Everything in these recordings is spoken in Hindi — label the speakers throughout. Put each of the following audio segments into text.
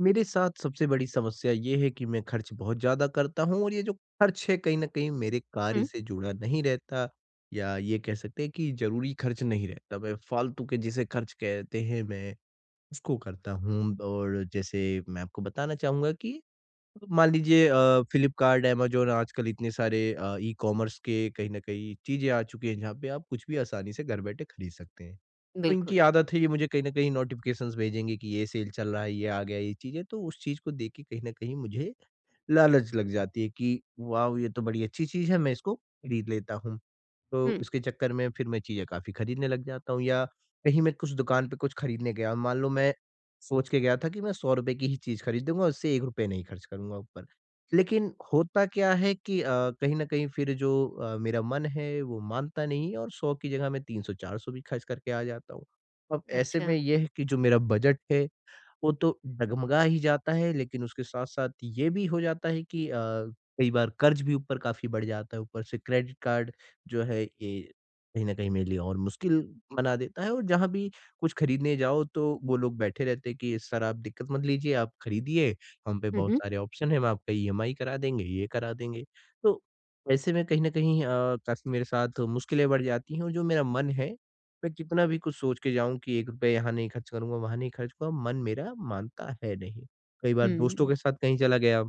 Speaker 1: मेरे साथ सबसे बड़ी समस्या ये है कि मैं खर्च बहुत ज़्यादा करता हूँ और ये जो खर्च है कहीं न कहीं मेरे कार्य
Speaker 2: हुँ,
Speaker 1: से जुड़ा नहीं रहता, या ये कह सकते हैं कि ज़रूरी खर्च नहीं रहता। मैं फ़ालतू के जिसे खर्च कहते हैं मैं उसको करता हूँ। और जैसे मैं आपको बताना चाहूँगा कि मान लीजिए फ्लिपकार्ट, अमेज़न आजकल इतने सारे ई-कॉमर्स के कहीं न कहीं चीज़ें आ चुकी हैं, जहाँ पे आप कुछ भी आसानी से घर बैठे खरीद सकते हैं। तो
Speaker 2: बिल्कुल।
Speaker 1: इनकी आदत है, ये मुझे कहीं न कहीं नोटिफ़िकेशंस भेजेंगे कि ये सेल चल रहा है, ये आ गया, ये चीज़ है। तो उस चीज़ को देख के कहीं न कहीं मुझे लालच लग जाती है कि वाओ! ये तो बड़ी अच्छी चीज़ है, मैं इसको खरीद लेता हूँ। तो
Speaker 2: हुँ,
Speaker 1: उसके चक्कर में फिर मैं चीज़ें काफ़ी खरीदने लग जाता हूँ। या कहीं मैं कुछ दुकान पे कुछ खरीदने गया और मान लो मैं सोच के गया था कि मैं 100 रुपए की ही चीज़ खरीदूँगा, उससे ₹1 नहीं खर्च करूँगा ऊपर। लेकिन होता क्या है कि कहीं न कहीं फिर जो मेरा मन है वो मानता नहीं है और 100 की जगह मैं 300-400 भी खर्च करके आ जाता हूँ। अब ऐसे में
Speaker 2: अच्छा।
Speaker 1: ये है कि जो मेरा बजट है वो तो डगमगा ही जाता है, लेकिन उसके साथ-साथ ये भी हो जाता है कि कई बार कर्ज़ भी ऊपर काफ़ी बढ़ जाता है। ऊपर से क्रेडिट कार्ड जो है ये कहीं न कहीं मेरे लिए और मुश्किल बना देता है। और जहाँ भी कुछ खरीदने जाओ तो वो लोग बैठे रहते हैं कि सर, आप दिक्कत मत लीजिए, आप खरीदिए, हम पे
Speaker 2: हुँ,
Speaker 1: बहुत
Speaker 2: हुँ।
Speaker 1: सारे ऑप्शन हैं, हम आपका ईएमआई करा देंगे, ये करा देंगे। तो ऐसे में कहीं न कहीं काफ़ी मेरे साथ मुश्किलें बढ़ जाती हैं। और जो मेरा मन है, मैं कितना भी कुछ सोच के जाऊँ कि ₹1 यहाँ नहीं खर्च करूँगा, वहाँ नहीं खर्च करूँगा, मन मेरा मानता है नहीं। कई बार दोस्तों
Speaker 2: हुँ,
Speaker 1: के साथ कहीं चला गया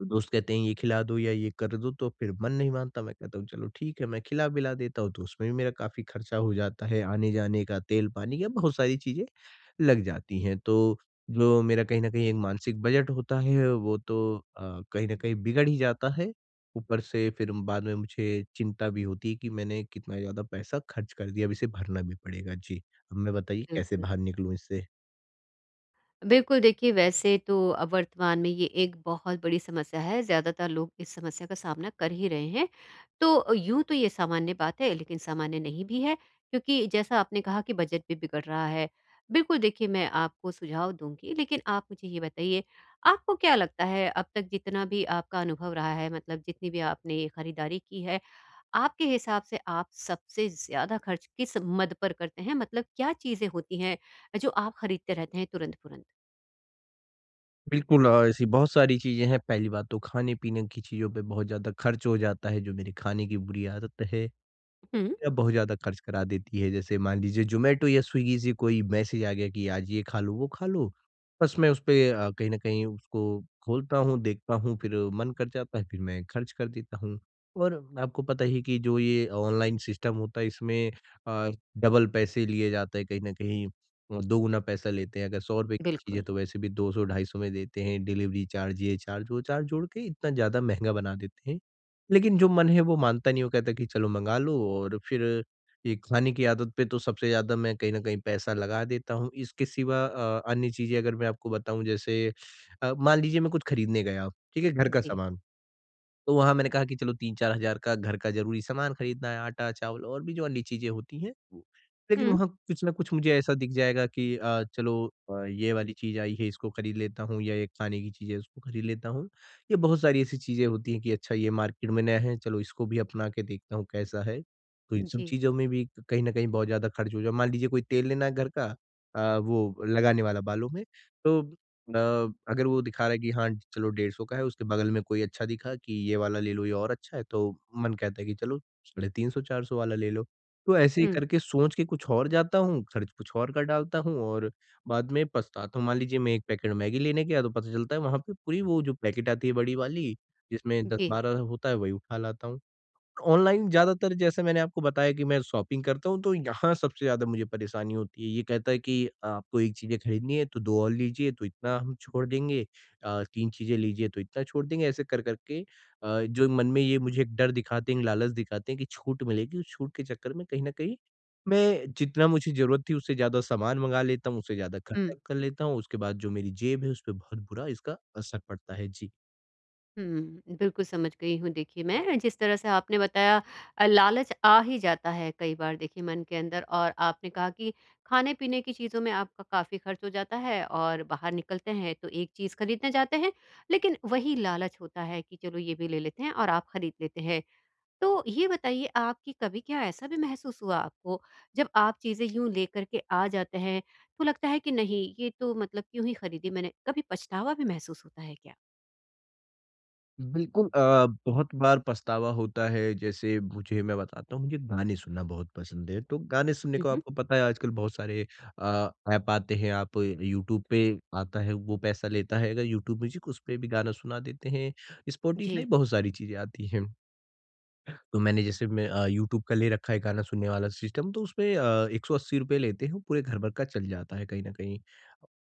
Speaker 1: तो दोस्त कहते हैं ये खिला दो या ये कर दो, तो फिर मन नहीं मानता, मैं कहता हूँ चलो ठीक है, मैं खिला पिला देता हूँ। तो उसमें भी मेरा काफी खर्चा हो जाता है, आने जाने का, तेल पानी का, बहुत सारी चीजें लग जाती हैं। तो जो मेरा कहीं ना कहीं एक मानसिक बजट होता है वो तो कहीं ना कहीं बिगड़ ही जाता है। ऊपर से फिर बाद में मुझे चिंता भी होती है कि मैंने कितना ज्यादा पैसा खर्च कर दिया, अब इसे भरना भी पड़ेगा जी। अब मैं बताइए कैसे
Speaker 2: बिल्कुल।
Speaker 1: बाहर निकलूं इससे?
Speaker 2: बिल्कुल, देखिए वैसे तो वर्तमान में ये एक बहुत बड़ी समस्या है, ज़्यादातर लोग इस समस्या का सामना कर ही रहे हैं। तो यूँ तो ये सामान्य बात है, लेकिन सामान्य नहीं भी है, क्योंकि जैसा आपने कहा कि बजट भी बिगड़ रहा है। बिल्कुल, देखिए मैं आपको सुझाव दूँगी, लेकिन आप मुझे ये बताइए, आपको क्या लगता है अब तक जितना भी आपका अनुभव रहा है, मतलब जितनी भी आपने ये खरीदारी की है, आपके हिसाब से आप सबसे ज़्यादा खर्च किस मद पर करते हैं? मतलब क्या चीज़ें होती हैं जो आप खरीदते रहते हैं तुरंत-तुरंत?
Speaker 1: बिल्कुल ऐसी बहुत सारी चीज़ें हैं। पहली बात तो खाने-पीने की चीज़ों पे बहुत ज़्यादा खर्च हो जाता है, जो मेरी खाने की बुरी आदत है।
Speaker 2: हुँ,
Speaker 1: अब बहुत ज़्यादा खर्च करा देती है। जैसे मान लीजिए ज़ोमैटो या स्विगी से कोई मैसेज आ गया कि आज ये खा लो, वो खा लो। बस मैं उसपे कहीं न कहीं उसको खोलता हूँ, देखता हूँ, फिर मन कर जाता है, फिर मैं खर्च कर देता हूँ। और आपको पता ही है कि जो ये ऑनलाइन सिस्टम होता है इसमें अ, डबल पैसे लिए जाते हैं, कहीं न कहीं दोगुना पैसा लेते हैं। अगर ₹100 की चीज़ है
Speaker 2: बिल्कुल।
Speaker 1: तो वैसे भी 200 250 में देते हैं। डिलीवरी चार्ज, ये चार्ज, वो चार्ज जोड़ के इतना ज़्यादा महँगा बना देते हैं। लेकिन जो मन है वो मानता नहीं, वो कहता है कि चलो मँगा लो। और फिर ये खाने की आदत पे तो सबसे ज़्यादा मैं कहीं न कहीं पैसा लगा देता हूँ। इसके सिवा अन्य चीज़ें अगर मैं आपको बताऊँ, जैसे मान लीजिए मैं कुछ खरीदने गया, ठीक है? घर का
Speaker 2: जी।
Speaker 1: सामान। तो वहाँ मैंने कहा कि चलो 3-4000 का घर का ज़रूरी सामान खरीदना है, आटा, चावल और भी जो अन्य चीज़ें होती हैं वो। लेकिन
Speaker 2: हुँ,
Speaker 1: वहाँ कुछ न कुछ मुझे ऐसा दिख जाएगा कि चलो ये वाली चीज़ आई है इसको खरीद लेता हूँ, या ये खाने की चीज़ है उसको खरीद लेता हूँ। ये बहुत सारी ऐसी चीज़ें होती हैं कि अच्छा ये मार्केट में नया है, चलो इसको भी अपना के देखता हूँ कैसा है। तो इन सब
Speaker 2: जी।
Speaker 1: चीज़ों में भी कहीं न कहीं बहुत ज़्यादा खर्च हो जाए। मान लीजिए कोई तेल लेना है घर का, वो लगाने वाला बालों में, तो अ, अगर वो दिखा रहा है कि हाँ, चलो 150 का है, उसके बगल में कोई अच्छा दिखा कि ये वाला ले लो, ये और अच्छा है, तो मन कहता है कि चलो 350-400 वाला ले लो। तो ऐसे ही
Speaker 2: हुँ,
Speaker 1: करके सोच के कुछ और जाता हूँ, खर्च कुछ और कर डालता हूँ और बाद में पछताता हूँ। मान लीजिए मैं 1 पैकेट मैगी लेने गया तो पता चलता है वहाँ पे पूरी वो जो पैकेट आती है बड़ी वाली, जिसमें
Speaker 2: जी।
Speaker 1: 10-12 होता है, वही उठा लाता हूँ। ऑनलाइन ज़्यादातर जैसे मैंने आपको बताया कि मैं शॉपिंग करता हूँ, तो यहाँ सबसे ज़्यादा मुझे परेशानी होती है। ये कहता है कि आपको 1 चीज़ें खरीदनी है, तो 2 और लीजिए, तो इतना हम छोड़ देंगे। 3 चीज़ें लीजिए, तो इतना छोड़ देंगे। ऐसे कर-कर के जो मन में ये मुझे एक डर दिखाते हैं, लालच दिखाते हैं कि छूट मिलेगी। उस छूट के चक्कर में कहीं न कहीं मैं जितना मुझे ज़रूरत थी, उससे ज़्यादा सामान मँगा लेता हूँ, उससे ज़्यादा
Speaker 2: हुँ,
Speaker 1: खर्चा कर लेता हूँ। उसके बाद जो मेरी जेब है, उस पे बहुत बुरा इसका असर पड़ता है। जी।
Speaker 2: हुँ, बिल्कुल समझ गई हूँ देखिए मैं। जिस तरह से आपने बताया लालच आ ही जाता है कई बार देखिए मन के अंदर और आपने कहा कि खाने-पीने की चीज़ों में आपका काफ़ी खर्च हो जाता है और बाहर निकलते हैं तो एक चीज़ खरीदने जाते हैं, लेकिन वही लालच होता है कि चलो ये भी ले लेते हैं और आप खरीद लेते हैं। तो ये बताइए आपकी कभी क्या ऐसा भी महसूस हुआ आपको जब आप चीज़ें यूँ लेकर के आ जाते हैं तो लगता है कि नहीं ये तो मतलब क्यों ही खरीदी मैंने कभी पछतावा भी महसूस होता है क्या?
Speaker 1: बिल्कुल बहुत बार पछतावा होता है। जैसे मुझे, मैं बताता हूँ, मुझे गाने सुनना बहुत पसंद है। तो गाने सुनने
Speaker 2: हुँ,
Speaker 1: को
Speaker 2: हुँ।
Speaker 1: आपको पता है आजकल बहुत सारे अ, ऐप आते हैं। आप यूट्यूब पे आता है, वो पैसा लेता है, अगर यूट्यूब म्यूजिक, उस पे भी गाना सुना देते हैं। स्पॉटिफाई,
Speaker 2: जी।
Speaker 1: बहुत सारी चीजें आती हैं। तो मैंने, जैसे मैं यूट्यूब का ले रखा है गाना सुनने वाला सिस्टम, तो उसमें ₹180 लेते हैं, पूरे घर भर का चल जाता है कहीं न कहीं।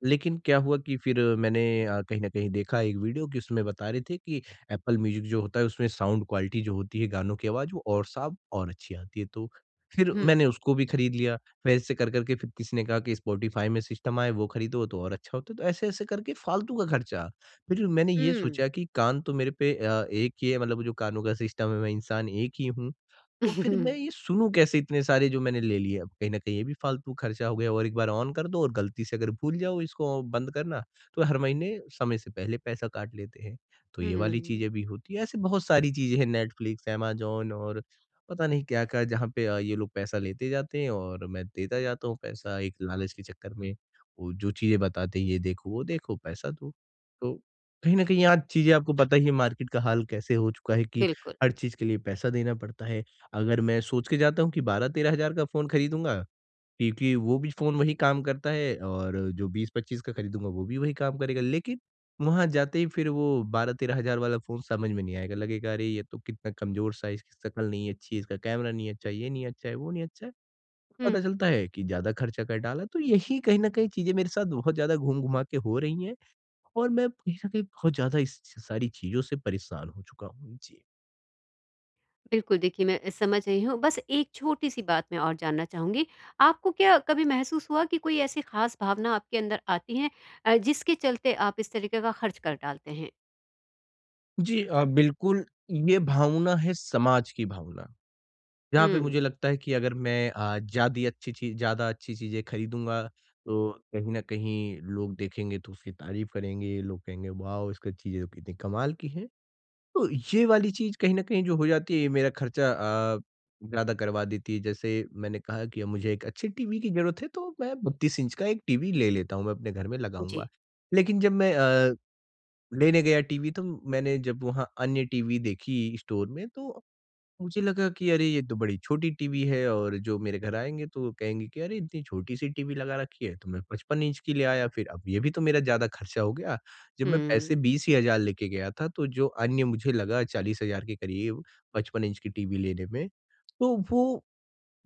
Speaker 1: लेकिन क्या हुआ कि फिर मैंने कहीं न कहीं देखा एक वीडियो कि उसमें बता रहे थे कि एप्पल म्यूज़िक जो होता है उसमें साउंड क्वालिटी जो होती है, गानों की आवाज़ वो और साफ़ और अच्छी आती है। तो फिर
Speaker 2: हुँ,
Speaker 1: मैंने उसको भी खरीद लिया। फिर ऐसे कर कर के फिर किसी ने कहा कि स्पॉटिफ़ाई में सिस्टम आए वो खरीदो तो और अच्छा होता है। तो ऐसे-ऐसे करके फालतू का खर्चा। फिर मैंने ये
Speaker 2: हुँ।
Speaker 1: सोचा कि कान तो मेरे पे एक ही है, मतलब वो जो कानों का सिस्टम है, मैं इंसान एक ही हूँ। तो फिर मैं ये सुनूँ कैसे इतने सारे जो मैंने ले लिए? अब कहीं न कहीं ये भी फालतू खर्चा हो गया। और एक बार ऑन कर दो और गलती से अगर भूल जाओ इसको बंद करना, तो हर महीने समय से पहले पैसा काट लेते हैं। तो ये वाली
Speaker 2: हुँ,
Speaker 1: चीज़ें भी होती हैं। ऐसे बहुत सारी चीज़ें हैं, नेटफ्लिक्स, अमेज़न और पता नहीं क्या-क्या, जहाँ पे ये लोग पैसा लेते जाते हैं और मैं देता जाता हूँ पैसा एक लालच के चक्कर में। वो जो चीज़ें बताते हैं, ये देखो, वो देखो, पैसा दो। तो कहीं न कहीं आज चीज़ें आपको पता ही है, मार्केट का हाल कैसे हो चुका है, कि
Speaker 2: बिल्कुल।
Speaker 1: हर चीज़ के लिए पैसा देना पड़ता है। अगर मैं सोच के जाता हूँ कि 12-13 हज़ार का फ़ोन खरीदूँगा, क्योंकि वो भी फ़ोन वही काम करता है और जो 20-25 का खरीदूँगा वो भी वही काम करेगा। लेकिन वहाँ जाते ही फिर वो 12-13 हज़ार वाला फ़ोन समझ में नहीं आएगा, लगेगा अरे ये तो कितना कमज़ोर सा है, इसकी शक्ल नहीं अच्छी है, इसका कैमरा नहीं अच्छा, है, ये नहीं अच्छा है, वो नहीं अच्छा है। पता
Speaker 2: हुँ,
Speaker 1: चलता है कि ज़्यादा खर्चा कर डाला, तो यही कहीं न कहीं चीज़ें मेरे साथ बहुत ज़्यादा घूम-घुमा के हो रही हैं। और मैं कहीं न कहीं बहुत ज़्यादा इस सारी चीज़ों से परेशान हो चुका हूँ। जी।
Speaker 2: बिल्कुल देखिए मैं समझ रही हूँ। बस एक छोटी-सी बात मैं और जानना चाहूँगी। आपको क्या कभी महसूस हुआ कि कोई ऐसी ख़ास भावना आपके अंदर आती है जिसके चलते आप इस तरीके का खर्च कर डालते हैं?
Speaker 1: जी बिल्कुल, ये भावना है समाज की भावना। जहाँ पे
Speaker 2: हुँ,
Speaker 1: मुझे लगता है कि अगर मैं ज़्यादी अच्छी चीज़ ज़्यादा अच्छी चीज़ें खरीदूँगा, तो कहीं न कहीं लोग देखेंगे तो उसकी तारीफ़ करेंगे, लोग कहेंगे वाओ! इसकी चीज़ें तो कितनी कमाल की हैं। तो ये वाली चीज़ कहीं न कहीं जो हो जाती है, ये मेरा खर्चा ज़्यादा करवा देती है। जैसे मैंने कहा कि अब मुझे एक अच्छे टीवी की ज़रूरत है, तो मैं 32 इंच का एक टीवी ले लेता हूँ, मैं अपने घर में लगाऊँगा।
Speaker 2: जी।
Speaker 1: लेकिन जब मैं लेने गया टीवी, तो मैंने जब वहाँ अन्य टीवी देखी स्टोर में तो मुझे लगा कि अरे ये तो बड़ी छोटी टीवी है, और जो मेरे घर आएँगे तो कहेंगे कि अरे इतनी छोटी-सी टीवी लगा रखी है। तो मैं 55 इंच की ले आया। फिर अब ये भी तो मेरा ज़्यादा खर्चा हो गया। जब मैं पैसे
Speaker 2: हुँ,
Speaker 1: 20 ही हज़ार लेके गया था, तो जो अन्य मुझे लगा 40 हज़ार के करीब 55 इंच की टीवी लेने में, तो वो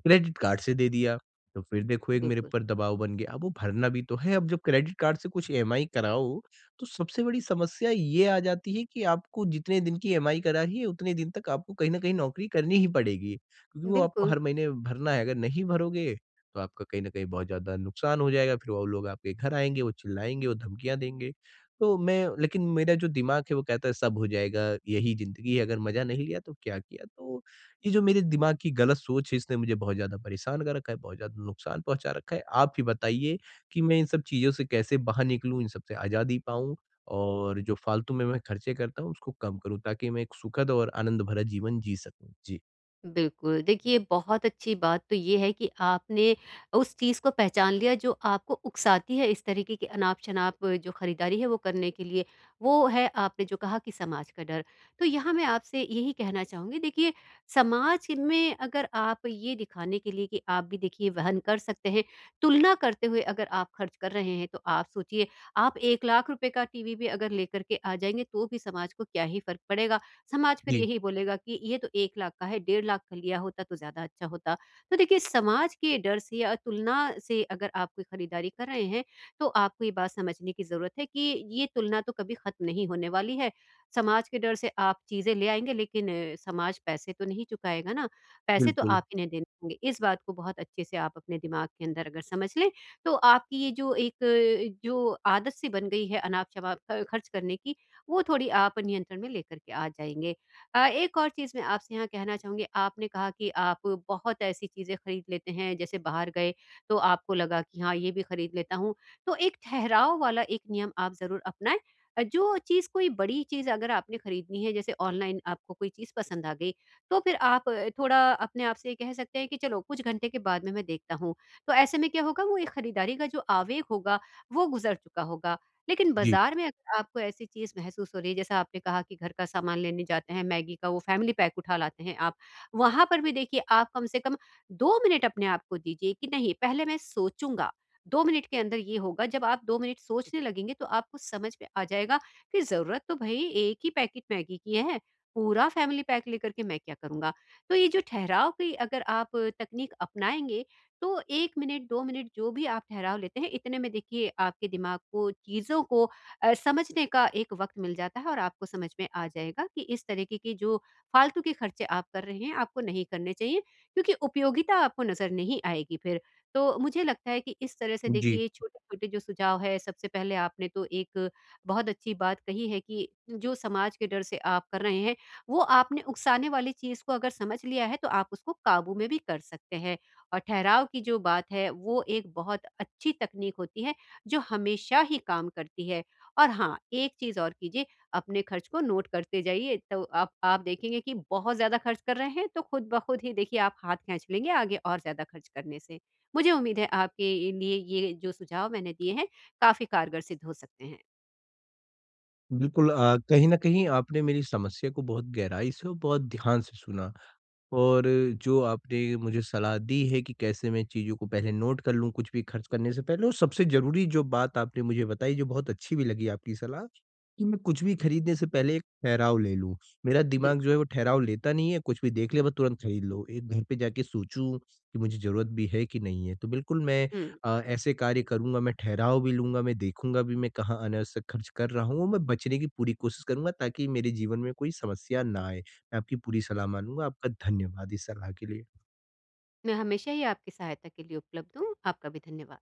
Speaker 1: क्रेडिट कार्ड से दे दिया। तो फिर देखो एक मेरे
Speaker 2: बिल्कुल।
Speaker 1: ऊपर दबाव बन गया, अब वो भरना भी तो है। अब जब क्रेडिट कार्ड से कुछ ईएमआई कराओ, तो सबसे बड़ी समस्या ये आ जाती है कि आपको जितने दिन की ईएमआई करा रही है, उतने दिन तक आपको कहीं न कहीं नौकरी करनी ही पड़ेगी, क्योंकि वो आपको
Speaker 2: बिल्कुल,
Speaker 1: हर महीने भरना है। अगर नहीं भरोगे, तो आपका कहीं न कहीं बहुत ज़्यादा नुकसान हो जाएगा, फिर वो लोग आपके घर आएँगे, वो चिल्लाएँगे, वो धमकियाँ देंगे। तो मैं, लेकिन मेरा जो दिमाग है वो कहता है सब हो जाएगा, यही ज़िंदगी है, अगर मज़ा नहीं लिया तो क्या किया? तो ये जो मेरे दिमाग की गलत सोच है इसने मुझे बहुत ज़्यादा परेशान कर रखा है, बहुत ज़्यादा नुकसान पहुँचा रखा है। आप ही बताइए कि मैं इन सब चीज़ों से कैसे बाहर निकलूँ, इन सब से आज़ादी पाऊँ और जो फ़ालतू में मैं खर्चे करता हूँ उसको कम करूँ, ताकि मैं एक सुखद और आनंद भरा जीवन जी सकूँ। जी।
Speaker 2: बिल्कुल। देखिए बहुत अच्छी बात तो ये है कि आपने उस चीज़ को पहचान लिया जो आपको उकसाती है इस तरीके की अनाप-शनाप जो खरीदारी है वो करने के लिए। वो है आपने जो कहा कि समाज का डर। तो यहाँ मैं आपसे यही कहना चाहूँगी देखिए समाज में अगर आप ये दिखाने के लिए कि आप भी देखिए वहन कर सकते हैं, तुलना करते हुए अगर आप खर्च कर रहे हैं तो आप सोचिए आप ₹1 लाख रुपए का टीवी भी अगर लेकर के आ जाएँगे तो भी समाज को क्या ही फ़र्क पड़ेगा। समाज फिर
Speaker 1: जी,
Speaker 2: यही बोलेगा कि ये तो 1 लाख का है, डेढ़ लाख का लिया होता तो ज़्यादा अच्छा होता। तो देखिए समाज के डर से या तुलना से अगर आप कोई खरीदारी कर रहे हैं, तो आपको ये बात समझने की ज़रूरत है कि ये तुलना तो कभी खत्म नहीं होने वाली है। समाज के डर से आप चीज़ें ले आएँगे लेकिन समाज पैसे तो नहीं चुकाएगा ना, पैसे तो
Speaker 1: बिल्कुल।
Speaker 2: आप ही ने देने होंगे। इस बात को बहुत अच्छे से आप अपने दिमाग के अंदर अगर समझ लें, तो आपकी ये जो एक जो आदत सी बन गई है अनाप-शनाप ख खर्च करने की, वो थोड़ी आप नियंत्रण में लेकर के आ जाएँगे। एक और चीज़ मैं आपसे यहाँ कहना चाहूँगी, आपने कहा कि आप बहुत ऐसी चीज़ें खरीद लेते हैं, जैसे बाहर गए तो आपको लगा कि हाँ, ये भी खरीद लेता हूँ। तो एक ठहराव वाला एक नियम आप ज़रूर अपनाएँ। जो चीज़ कोई बड़ी चीज़ अगर आपने खरीदनी है, जैसे ऑनलाइन आपको कोई चीज़ पसंद आ गई, तो फिर आप थोड़ा अपने आप से ये कह सकते हैं कि चलो कुछ घंटे के बाद में मैं देखता हूँ। तो ऐसे में क्या होगा, वो एक खरीदारी का जो आवेग होगा, वो गुज़र चुका होगा। लेकिन
Speaker 1: जी,
Speaker 2: बाज़ार में अगर आपको ऐसी चीज़ महसूस हो रही है, जैसा आपने कहा कि घर का सामान लेने जाते हैं, मैगी का वो फैमिली पैक उठा लाते हैं आप। वहाँ पर भी देखिए आप कम से कम 2 मिनट अपने आप को दीजिए कि नहीं पहले मैं सोचूँगा। 2 मिनट के अंदर ये होगा, जब आप 2 मिनट सोचने लगेंगे तो आपको समझ में आ जाएगा कि ज़रूरत तो भई एक ही पैकेट मैगी की है, पूरा फैमिली पैक लेकर के मैं क्या करूँगा? तो ये जो ठहराव की अगर आप तकनीक अपनाएँगे तो 1 मिनट, 2 मिनट जो भी आप ठहराव लेते हैं, इतने में देखिए आपके दिमाग को चीज़ों को समझने का एक वक़्त मिल जाता है और आपको समझ में आ जाएगा कि इस तरीके के जो फालतू के खर्चे आप कर रहे हैं, आपको नहीं करने चाहिए क्योंकि उपयोगिता आपको नज़र नहीं आएगी फिर। तो मुझे लगता है कि इस तरह से
Speaker 1: जी।
Speaker 2: देखिए छोटे-छोटे जो सुझाव है, सबसे पहले आपने तो एक बहुत अच्छी बात कही है कि जो समाज के डर से आप कर रहे हैं, वो आपने उकसाने वाली चीज़ को अगर समझ लिया है, तो आप उसको काबू में भी कर सकते हैं। ठहराव की जो बात है वो एक बहुत अच्छी तकनीक होती है जो हमेशा ही काम करती है। और हाँ, एक चीज़ और कीजिए अपने खर्च को नोट करते जाइए तो आप देखेंगे कि बहुत ज़्यादा खर्च कर रहे हैं तो खुद ब खुद ही देखिए आप हाथ खींच लेंगे आगे और ज़्यादा खर्च करने से। मुझे उम्मीद है आपके लिए ये जो सुझाव मैंने दिए हैं काफ़ी कारगर सिद्ध हो सकते हैं।
Speaker 1: बिल्कुल कहीं न कहीं आपने मेरी समस्या को बहुत गहराई से और बहुत ध्यान से सुना। और जो आपने मुझे सलाह दी है कि कैसे मैं चीज़ों को पहले नोट कर लूँ कुछ भी खर्च करने से पहले, और सबसे ज़रूरी जो बात आपने मुझे बताई, जो बहुत अच्छी भी लगी आपकी सलाह, कि मैं कुछ भी खरीदने से पहले एक ठहराव ले लूँ। मेरा दिमाग
Speaker 2: बिल्कुल,
Speaker 1: जो है वो ठहराव लेता नहीं है, कुछ भी देख लिया बस तुरंत खरीद लो। एक घर पे जाके सोचूँ कि मुझे ज़रूरत भी है कि नहीं है। तो बिल्कुल मैं
Speaker 2: हुँ।
Speaker 1: ऐसे कार्य करूँगा, मैं ठहराव भी लूँगा, मैं देखूँगा भी मैं कहाँ अनावश्यक खर्च कर रहा हूँ, मैं बचने की पूरी कोशिश करूँगा, ताकि मेरे जीवन में कोई समस्या ना आए। मैं आपकी पूरी सलाह मानूँगा। आपका धन्यवाद इस सलाह के लिए।
Speaker 2: मैं हमेशा ही आपकी सहायता के लिए उपलब्ध हूँ। आपका भी धन्यवाद।